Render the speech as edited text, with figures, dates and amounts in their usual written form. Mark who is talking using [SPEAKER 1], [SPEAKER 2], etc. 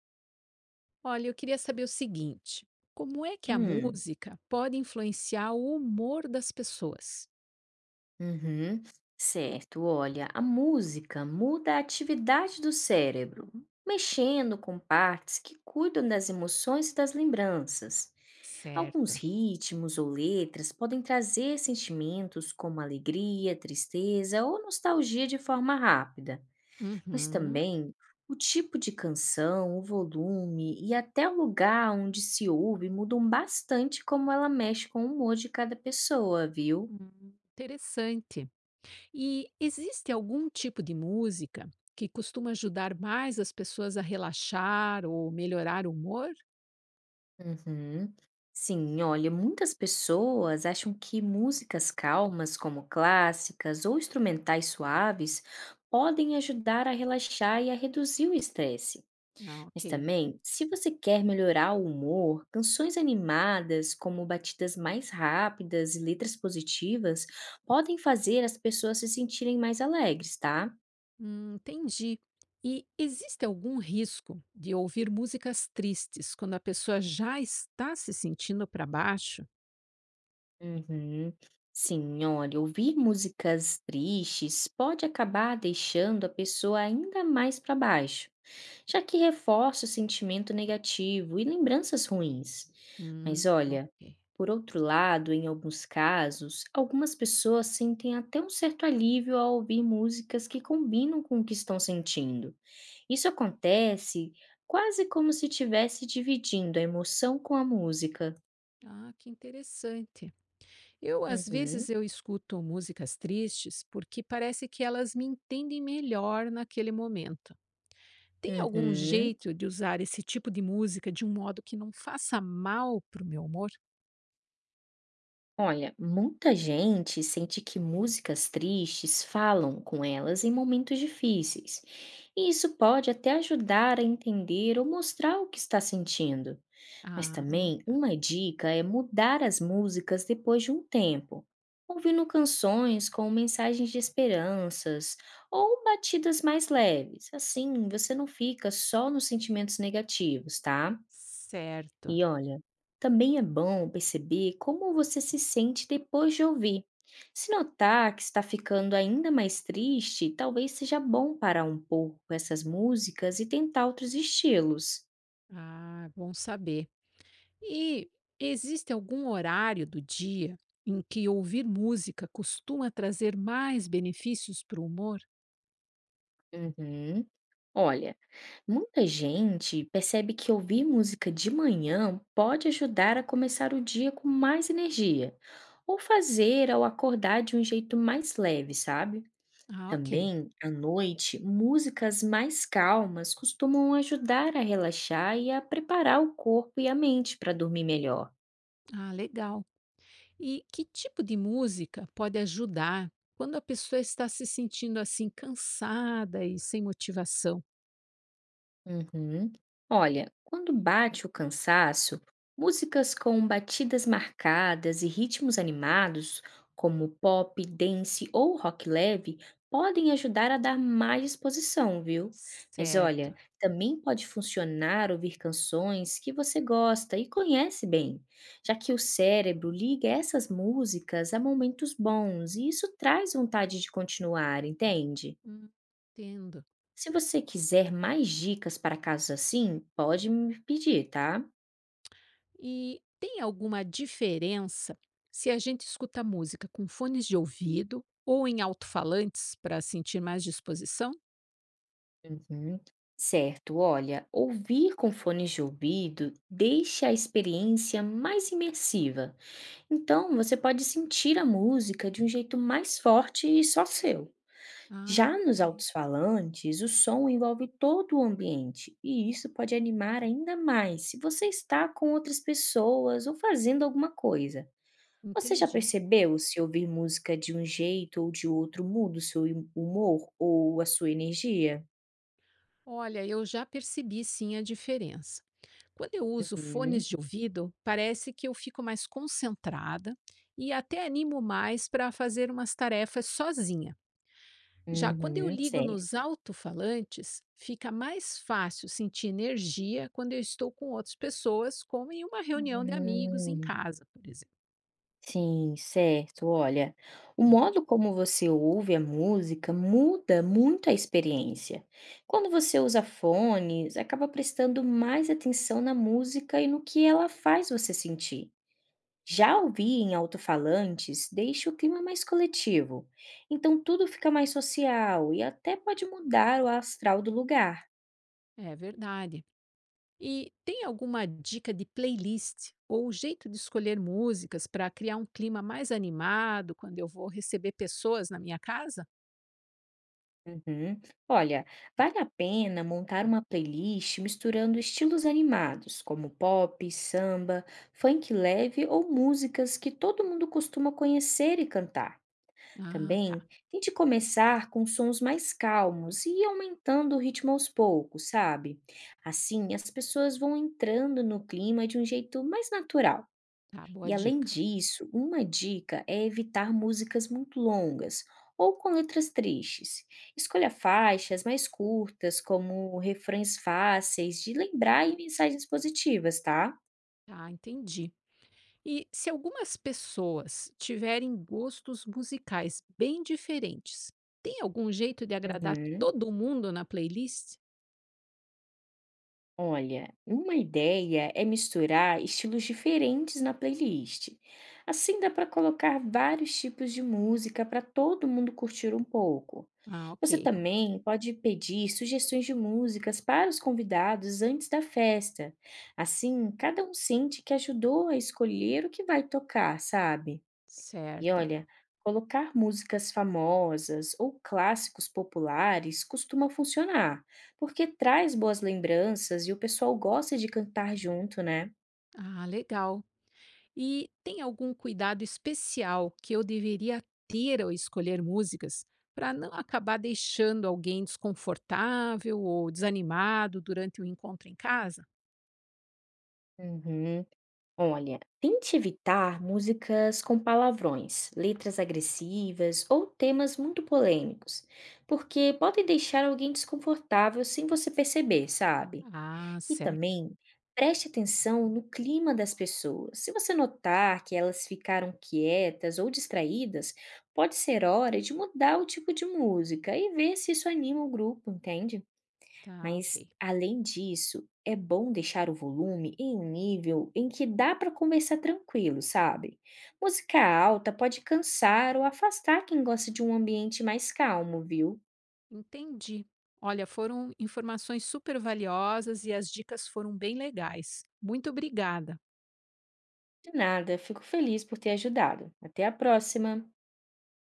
[SPEAKER 1] Olha, eu queria saber o seguinte: como é que a
[SPEAKER 2] Hum,
[SPEAKER 1] música pode influenciar o humor das pessoas?
[SPEAKER 2] uhum. Certo, olha, a música muda a atividade do cérebro, mexendo com partes que cuidam das emoções e das lembranças. Alguns
[SPEAKER 1] Certo.
[SPEAKER 2] ritmos ou letras podem trazer sentimentos como alegria, tristeza ou nostalgia de forma rápida, mas
[SPEAKER 1] Uhum.
[SPEAKER 2] também o tipo de canção, o volume e até o lugar onde se ouve mudam bastante como ela mexe com o humor de cada pessoa, viu?
[SPEAKER 1] Interessante. E existe algum tipo de música que costuma ajudar mais as pessoas a relaxar ou melhorar o humor?
[SPEAKER 2] Uhum. Sim, olha, muitas pessoas acham que músicas calmas, como clássicas ou instrumentais suaves, podem ajudar a relaxar e a reduzir o estresse.
[SPEAKER 1] Ah, ok.
[SPEAKER 2] Mas também, se você quer melhorar o humor, canções animadas, como batidas mais rápidas e letras positivas, podem fazer as pessoas se sentirem mais alegres, tá?
[SPEAKER 1] Entendi. E existe algum risco de ouvir músicas tristes quando a pessoa já está se sentindo para baixo?
[SPEAKER 2] Uhum. Sim, olha, ouvir músicas tristes pode acabar deixando a pessoa ainda mais para baixo, já que reforça o sentimento negativo e lembranças ruins. Mas olha,
[SPEAKER 1] Ok.
[SPEAKER 2] por outro lado, em alguns casos, algumas pessoas sentem até um certo alívio ao ouvir músicas que combinam com o que estão sentindo. Isso acontece quase como se estivesse dividindo a emoção com a música.
[SPEAKER 1] Ah, que interessante. Eu, às
[SPEAKER 2] Uhum,
[SPEAKER 1] vezes, eu escuto músicas tristes porque parece que elas me entendem melhor naquele momento. Tem algum
[SPEAKER 2] uhum.
[SPEAKER 1] jeito de usar esse tipo de música de um modo que não faça mal para o meu humor?
[SPEAKER 2] Olha, muita gente sente que músicas tristes falam com elas em momentos difíceis, e isso pode até ajudar a entender ou mostrar o que está sentindo. Mas também
[SPEAKER 1] Ah,
[SPEAKER 2] uma dica é mudar as músicas depois de um tempo, ouvindo canções com mensagens de esperanças ou batidas mais leves. Assim, você não fica só nos sentimentos negativos, tá?
[SPEAKER 1] certo.
[SPEAKER 2] E olha, também é bom perceber como você se sente depois de ouvir. Se notar que está ficando ainda mais triste, talvez seja bom parar um pouco com essas músicas e tentar outros estilos.
[SPEAKER 1] Ah, bom saber. E existe algum horário do dia em que ouvir música costuma trazer mais benefícios para o humor?
[SPEAKER 2] Uhum. Olha, muita gente percebe que ouvir música de manhã pode ajudar a começar o dia com mais energia, ou fazer ao acordar de um jeito mais leve, sabe?
[SPEAKER 1] Ah, ok.
[SPEAKER 2] Também, à noite, músicas mais calmas costumam ajudar a relaxar e a preparar o corpo e a mente para dormir melhor.
[SPEAKER 1] Ah, legal. E que tipo de música pode ajudar quando a pessoa está se sentindo assim cansada e sem motivação?
[SPEAKER 2] Uhum. Olha, quando bate o cansaço, músicas com batidas marcadas e ritmos animados, como pop, dance ou rock leve, podem ajudar a dar mais disposição, viu? Mas
[SPEAKER 1] Certo.
[SPEAKER 2] olha, também pode funcionar ouvir canções que você gosta e conhece bem, já que o cérebro liga essas músicas a momentos bons e isso traz vontade de continuar, entende?
[SPEAKER 1] Hum, Entendo.
[SPEAKER 2] Se você quiser mais dicas para casos assim, pode me pedir, tá?
[SPEAKER 1] E tem alguma diferença se a gente escuta música com fones de ouvido ou em alto-falantes para sentir mais disposição?
[SPEAKER 2] Uhum. Certo, olha, ouvir com fones de ouvido deixa a experiência mais imersiva. Então, você pode sentir a música de um jeito mais forte e só seu.
[SPEAKER 1] Ah,
[SPEAKER 2] Já nos
[SPEAKER 1] ok.
[SPEAKER 2] alto-falantes, o som envolve todo o ambiente e isso pode animar ainda mais se você está com outras pessoas ou fazendo alguma coisa. Você já
[SPEAKER 1] Entendi.
[SPEAKER 2] percebeu se ouvir música de um jeito ou de outro muda o seu humor ou a sua energia?
[SPEAKER 1] Olha, eu já percebi sim a diferença. Quando eu uso
[SPEAKER 2] Uhum,
[SPEAKER 1] fones de ouvido, parece que eu fico mais concentrada e até animo mais para fazer umas tarefas sozinha. Já quando eu
[SPEAKER 2] uhum,
[SPEAKER 1] ligo nos
[SPEAKER 2] certo.
[SPEAKER 1] alto-falantes, fica mais fácil sentir energia quando eu estou com outras pessoas, como em uma reunião de amigos em
[SPEAKER 2] Hum,
[SPEAKER 1] casa, por exemplo.
[SPEAKER 2] sim, certo. Olha, o modo como você ouve a música muda muito a experiência. Quando você usa fones, acaba prestando mais atenção na música e no que ela faz você sentir. Já ouvir em alto-falantes deixa o clima mais coletivo, então tudo fica mais social e até pode mudar o astral do lugar.
[SPEAKER 1] É verdade. E tem alguma dica de playlist ou jeito de escolher músicas para criar um clima mais animado quando eu vou receber pessoas na minha casa?
[SPEAKER 2] Uhum. Olha, vale a pena montar uma playlist misturando estilos animados, como pop, samba, funk leve ou músicas que todo mundo costuma conhecer e cantar.
[SPEAKER 1] Ah,
[SPEAKER 2] Também
[SPEAKER 1] tá.
[SPEAKER 2] tente começar com sons mais calmos e ir aumentando o ritmo aos poucos, sabe? Assim, as pessoas vão entrando no clima de um jeito mais natural.
[SPEAKER 1] Tá, boa
[SPEAKER 2] E além
[SPEAKER 1] dica.
[SPEAKER 2] disso, uma dica é evitar músicas muito longas ou com letras tristes. Escolha faixas mais curtas, como refrões fáceis de lembrar e mensagens positivas, tá?
[SPEAKER 1] Tá, entendi. E se algumas pessoas tiverem gostos musicais bem diferentes, tem algum jeito de agradar
[SPEAKER 2] Uhum.
[SPEAKER 1] todo mundo na playlist?
[SPEAKER 2] Olha, uma ideia é misturar estilos diferentes na playlist. Assim dá para colocar vários tipos de música para todo mundo curtir um pouco.
[SPEAKER 1] Ah,
[SPEAKER 2] Você
[SPEAKER 1] ok.
[SPEAKER 2] também pode pedir sugestões de músicas para os convidados antes da festa. Assim, cada um sente que ajudou a escolher o que vai tocar, sabe? E
[SPEAKER 1] Certo.
[SPEAKER 2] olha, colocar músicas famosas ou clássicos populares costuma funcionar, porque traz boas lembranças e o pessoal gosta de cantar junto, né?
[SPEAKER 1] Ah, legal. E tem algum cuidado especial que eu deveria ter ao escolher músicas para não acabar deixando alguém desconfortável ou desanimado durante o encontro em casa?
[SPEAKER 2] Uhum. Olha, tente evitar músicas com palavrões, letras agressivas ou temas muito polêmicos, porque podem deixar alguém desconfortável sem você perceber, sabe?
[SPEAKER 1] Ah,
[SPEAKER 2] E
[SPEAKER 1] certo.
[SPEAKER 2] também preste atenção no clima das pessoas. Se você notar que elas ficaram quietas ou distraídas, pode ser hora de mudar o tipo de música e ver se isso anima o grupo, entende?
[SPEAKER 1] Tá, ok.
[SPEAKER 2] Mas, além disso, é bom deixar o volume em um nível em que dá para conversar tranquilo, sabe? Música alta pode cansar ou afastar quem gosta de um ambiente mais calmo, viu?
[SPEAKER 1] Entendi. Olha, foram informações super valiosas e as dicas foram bem legais. Muito obrigada.
[SPEAKER 2] De nada, fico feliz por ter ajudado. Até a próxima!